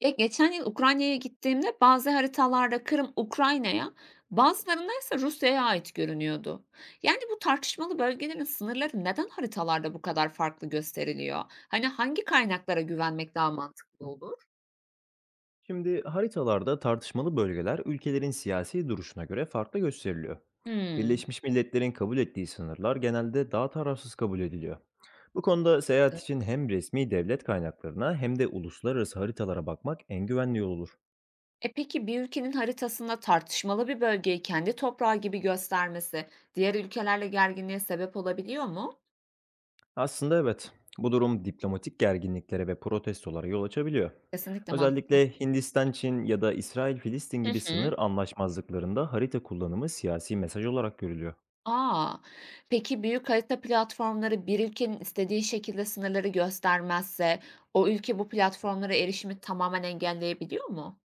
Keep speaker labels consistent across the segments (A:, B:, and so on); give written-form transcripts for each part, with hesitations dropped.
A: Ya, geçen yıl Ukrayna'ya gittiğimde bazı haritalarda Kırım Ukrayna'ya, bazılarında ise Rusya'ya ait görünüyordu. Yani bu tartışmalı bölgelerin sınırları neden haritalarda bu kadar farklı gösteriliyor? Hani hangi kaynaklara güvenmek daha mantıklı olur?
B: Şimdi haritalarda tartışmalı bölgeler ülkelerin siyasi duruşuna göre farklı gösteriliyor.
A: Hmm.
B: Birleşmiş Milletler'in kabul ettiği sınırlar genelde daha tarafsız kabul ediliyor. Bu konuda seyahat için hem resmi devlet kaynaklarına hem de uluslararası haritalara bakmak en güvenli yol olur.
A: E peki bir ülkenin haritasında tartışmalı bir bölgeyi kendi toprağı gibi göstermesi diğer ülkelerle gerginliğe sebep olabiliyor mu?
B: Aslında evet, bu durum diplomatik gerginliklere ve protestolara yol açabiliyor.
A: Kesinlikle mantıklı.
B: Özellikle Hindistan, Çin ya da İsrail-Filistin
A: Hı
B: gibi
A: hı.
B: sınır anlaşmazlıklarında harita kullanımı siyasi mesaj olarak görülüyor.
A: Aa. Peki büyük harita platformları bir ülkenin istediği şekilde sınırları göstermezse o ülke bu platformlara erişimi tamamen engelleyebiliyor mu?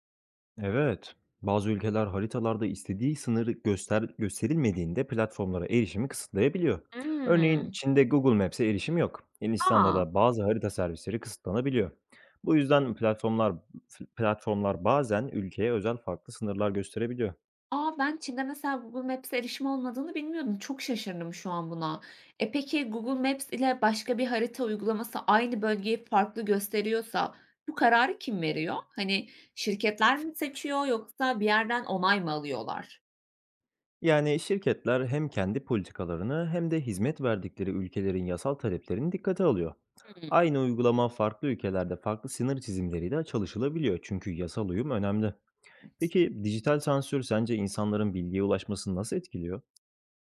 B: Evet, bazı ülkeler haritalarda istediği sınırı gösterilmediğinde platformlara erişimi kısıtlayabiliyor. Örneğin
A: Hımm.
B: Çin'de Google Maps'e erişim yok. Hindistan'da
A: Aa.
B: da bazı harita servisleri kısıtlanabiliyor. Bu yüzden platformlar bazen ülkeye özel farklı sınırlar gösterebiliyor.
A: A, ben Çin'de mesela Google Maps'e erişim olmadığını bilmiyordum. Çok şaşırdım şu an buna. E, peki Google Maps ile başka bir harita uygulaması aynı bölgeyi farklı gösteriyorsa bu kararı kim veriyor? Hani şirketler mi seçiyor yoksa bir yerden onay mı alıyorlar?
B: Yani şirketler hem kendi politikalarını hem de hizmet verdikleri ülkelerin yasal taleplerini dikkate alıyor.
A: Hımm.
B: Aynı uygulama farklı ülkelerde farklı sınır çizimleriyle çalışılabiliyor çünkü yasal uyum önemli.
A: Evet.
B: Peki dijital sansür sence insanların bilgiye ulaşmasını nasıl etkiliyor?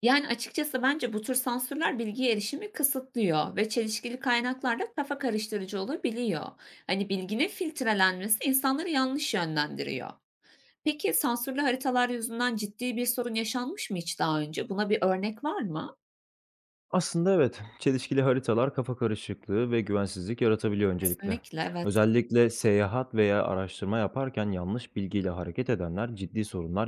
A: Yani, açıkçası bence bu tür sansürler bilgiye erişimi kısıtlıyor ve çelişkili kaynaklar da kafa karıştırıcı olabiliyor. Hani, bilginin filtrelenmesi insanları yanlış yönlendiriyor. Peki, sansürlü haritalar yüzünden ciddi bir sorun yaşanmış mı hiç daha önce? Buna bir örnek var mı?
B: Aslında evet, çelişkili haritalar kafa karışıklığı ve güvensizlik yaratabiliyor öncelikle.
A: Kesinlikle, evet.
B: Özellikle seyahat veya araştırma yaparken yanlış bilgiyle hareket edenler ciddi sorunlar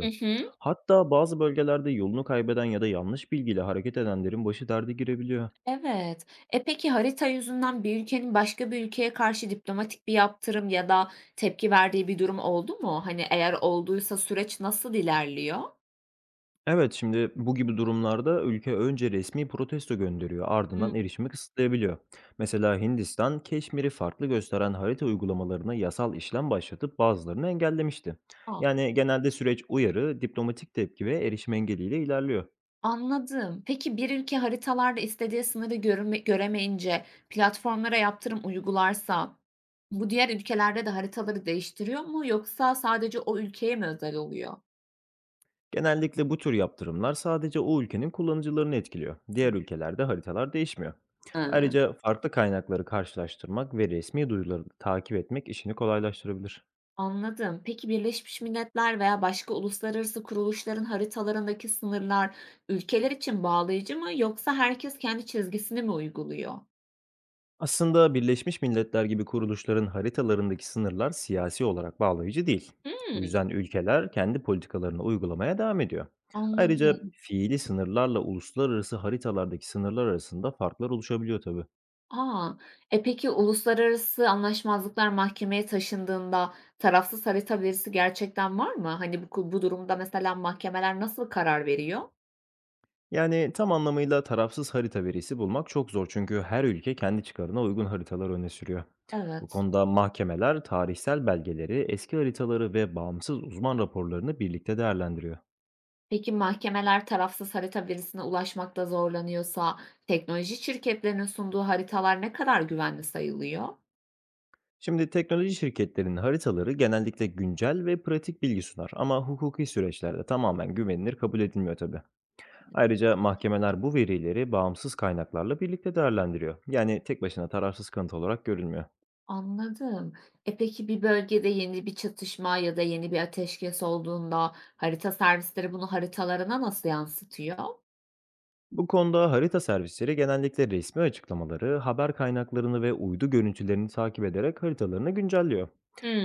A: Hı hı.
B: Hatta bazı bölgelerde yolunu kaybeden ya da yanlış bilgiyle hareket edenlerin başı derde girebiliyor.
A: Evet. E, peki, harita yüzünden bir ülkenin başka bir ülkeye karşı diplomatik bir yaptırım ya da tepki verdiği bir durum oldu mu? Hani, eğer olduysa süreç nasıl ilerliyor?
B: Evet, şimdi bu gibi durumlarda ülke önce resmi protesto gönderiyor, ardından
A: Hımm.
B: erişimi kısıtlayabiliyor. Mesela Hindistan, Keşmir'i farklı gösteren harita uygulamalarına yasal işlem başlatıp bazılarını engellemişti.
A: A!
B: Yani genelde süreç uyarı, diplomatik tepki ve erişim engeliyle ilerliyor.
A: Anladım. Peki bir ülke haritalarda istediği sınırı görüme göremeyince platformlara yaptırım uygularsa bu diğer ülkelerde de haritaları değiştiriyor mu yoksa sadece o ülkeye mi özel oluyor?
B: Genellikle bu tür yaptırımlar sadece o ülkenin kullanıcılarını etkiliyor. Diğer ülkelerde haritalar değişmiyor.
A: Hı.
B: Ayrıca farklı kaynakları karşılaştırmak ve resmi duyuruları takip etmek işini kolaylaştırabilir.
A: Anladım. Peki Birleşmiş Milletler veya başka uluslararası kuruluşların haritalarındaki sınırlar ülkeler için bağlayıcı mı yoksa herkes kendi çizgisini mi uyguluyor?
B: Aslında Birleşmiş Milletler gibi kuruluşların haritalarındaki sınırlar siyasi olarak bağlayıcı değil. Bu
A: Hmm.
B: yüzden ülkeler kendi politikalarını uygulamaya devam ediyor. Ayrıca
A: Anladım.
B: fiili sınırlarla uluslararası haritalardaki sınırlar arasında farklar oluşabiliyor tabii.
A: A! E, peki uluslararası anlaşmazlıklar mahkemeye taşındığında tarafsız harita verisi gerçekten var mı? Hani, bu durumda mesela mahkemeler nasıl karar veriyor?
B: Yani tam anlamıyla tarafsız harita verisi bulmak çok zor çünkü her ülke kendi çıkarına uygun haritalar öne sürüyor. Bu
A: Evet.
B: konuda mahkemeler tarihsel belgeleri, eski haritaları ve bağımsız uzman raporlarını birlikte değerlendiriyor.
A: Peki mahkemeler tarafsız harita verisine ulaşmakta zorlanıyorsa teknoloji şirketlerinin sunduğu haritalar ne kadar güvenli sayılıyor?
B: Şimdi teknoloji şirketlerinin haritaları genellikle güncel ve pratik bilgi sunar ama hukuki süreçlerde tamamen güvenilir kabul edilmiyor tabii. Ayrıca mahkemeler bu verileri bağımsız kaynaklarla birlikte değerlendiriyor. Yani tek başına tararsız kanıt olarak görülmüyor.
A: Anladım. E, peki bir bölgede yeni bir çatışma ya da yeni bir ateşkes olduğunda harita servisleri bunu haritalarına nasıl yansıtıyor?
B: Bu konuda harita servisleri genellikle resmi açıklamaları, haber kaynaklarını ve uydu görüntülerini takip ederek haritalarını güncelliyor.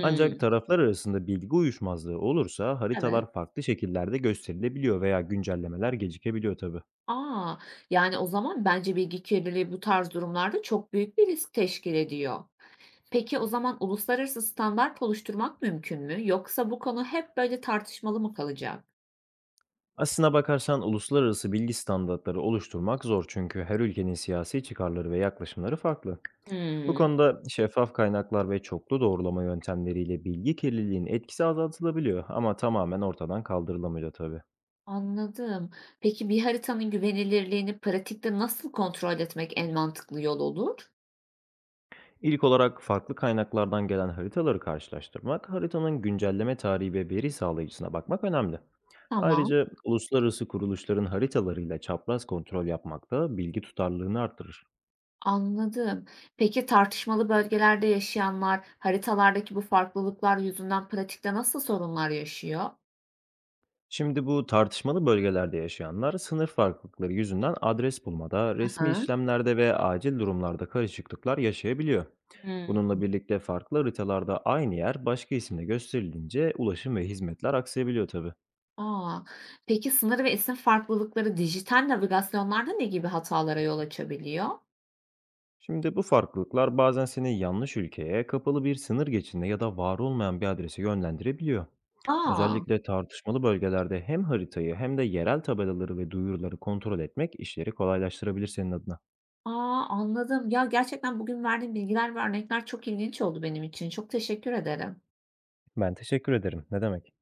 B: Ancak taraflar arasında bilgi uyuşmazlığı olursa
A: Evet.
B: haritalar farklı şekillerde gösterilebiliyor veya güncellemeler gecikebiliyor tabii.
A: A! Yani, o zaman bence bilgi kirliliği bu tarz durumlarda çok büyük bir risk teşkil ediyor. Peki, o zaman uluslararası standart oluşturmak mümkün mü? Yoksa bu konu hep böyle tartışmalı mı kalacak?
B: Aslına bakarsan uluslararası bilgi standartları oluşturmak zor çünkü her ülkenin siyasi çıkarları ve yaklaşımları farklı. Bu
A: Hımm,
B: konuda şeffaf kaynaklar ve çoklu doğrulama yöntemleriyle bilgi kirliliğinin etkisi azaltılabiliyor ama tamamen ortadan kaldırılamıyor tabii.
A: anladım. Peki, bir haritanın güvenilirliğini pratikte nasıl kontrol etmek en mantıklı yol olur?
B: İlk olarak farklı kaynaklardan gelen haritaları karşılaştırmak, haritanın güncelleme tarihi ve veri sağlayıcısına bakmak önemli.
A: Tamam,
B: Ayrıca uluslararası kuruluşların haritalarıyla çapraz kontrol yapmak da bilgi tutarlılığını arttırır.
A: anladım. Peki, tartışmalı bölgelerde yaşayanlar haritalardaki bu farklılıklar yüzünden pratikte nasıl sorunlar yaşıyor?
B: Şimdi bu tartışmalı bölgelerde yaşayanlar sınır farklılıkları yüzünden adres bulmada,
A: Hı
B: resmi
A: hı.
B: işlemlerde ve acil durumlarda karışıklıklar yaşayabiliyor.
A: Hımm.
B: Bununla birlikte farklı haritalarda aynı yer başka isimle gösterilince ulaşım ve hizmetler aksayabiliyor tabii.
A: A! Peki, sınır ve isim farklılıkları dijital navigasyonlarda ne gibi hatalara yol açabiliyor?
B: Şimdi bu farklılıklar bazen seni yanlış ülkeye, kapalı bir sınır geçidine ya da var olmayan bir adrese yönlendirebiliyor.
A: A!
B: Özellikle tartışmalı bölgelerde hem haritayı hem de yerel tabelaları ve duyuruları kontrol etmek işleri kolaylaştırabilir senin adına.
A: A, anladım. Ya, gerçekten bugün verdiğin bilgiler ve örnekler çok ilginç oldu benim için. Çok teşekkür ederim.
B: Ben teşekkür ederim. Ne demek?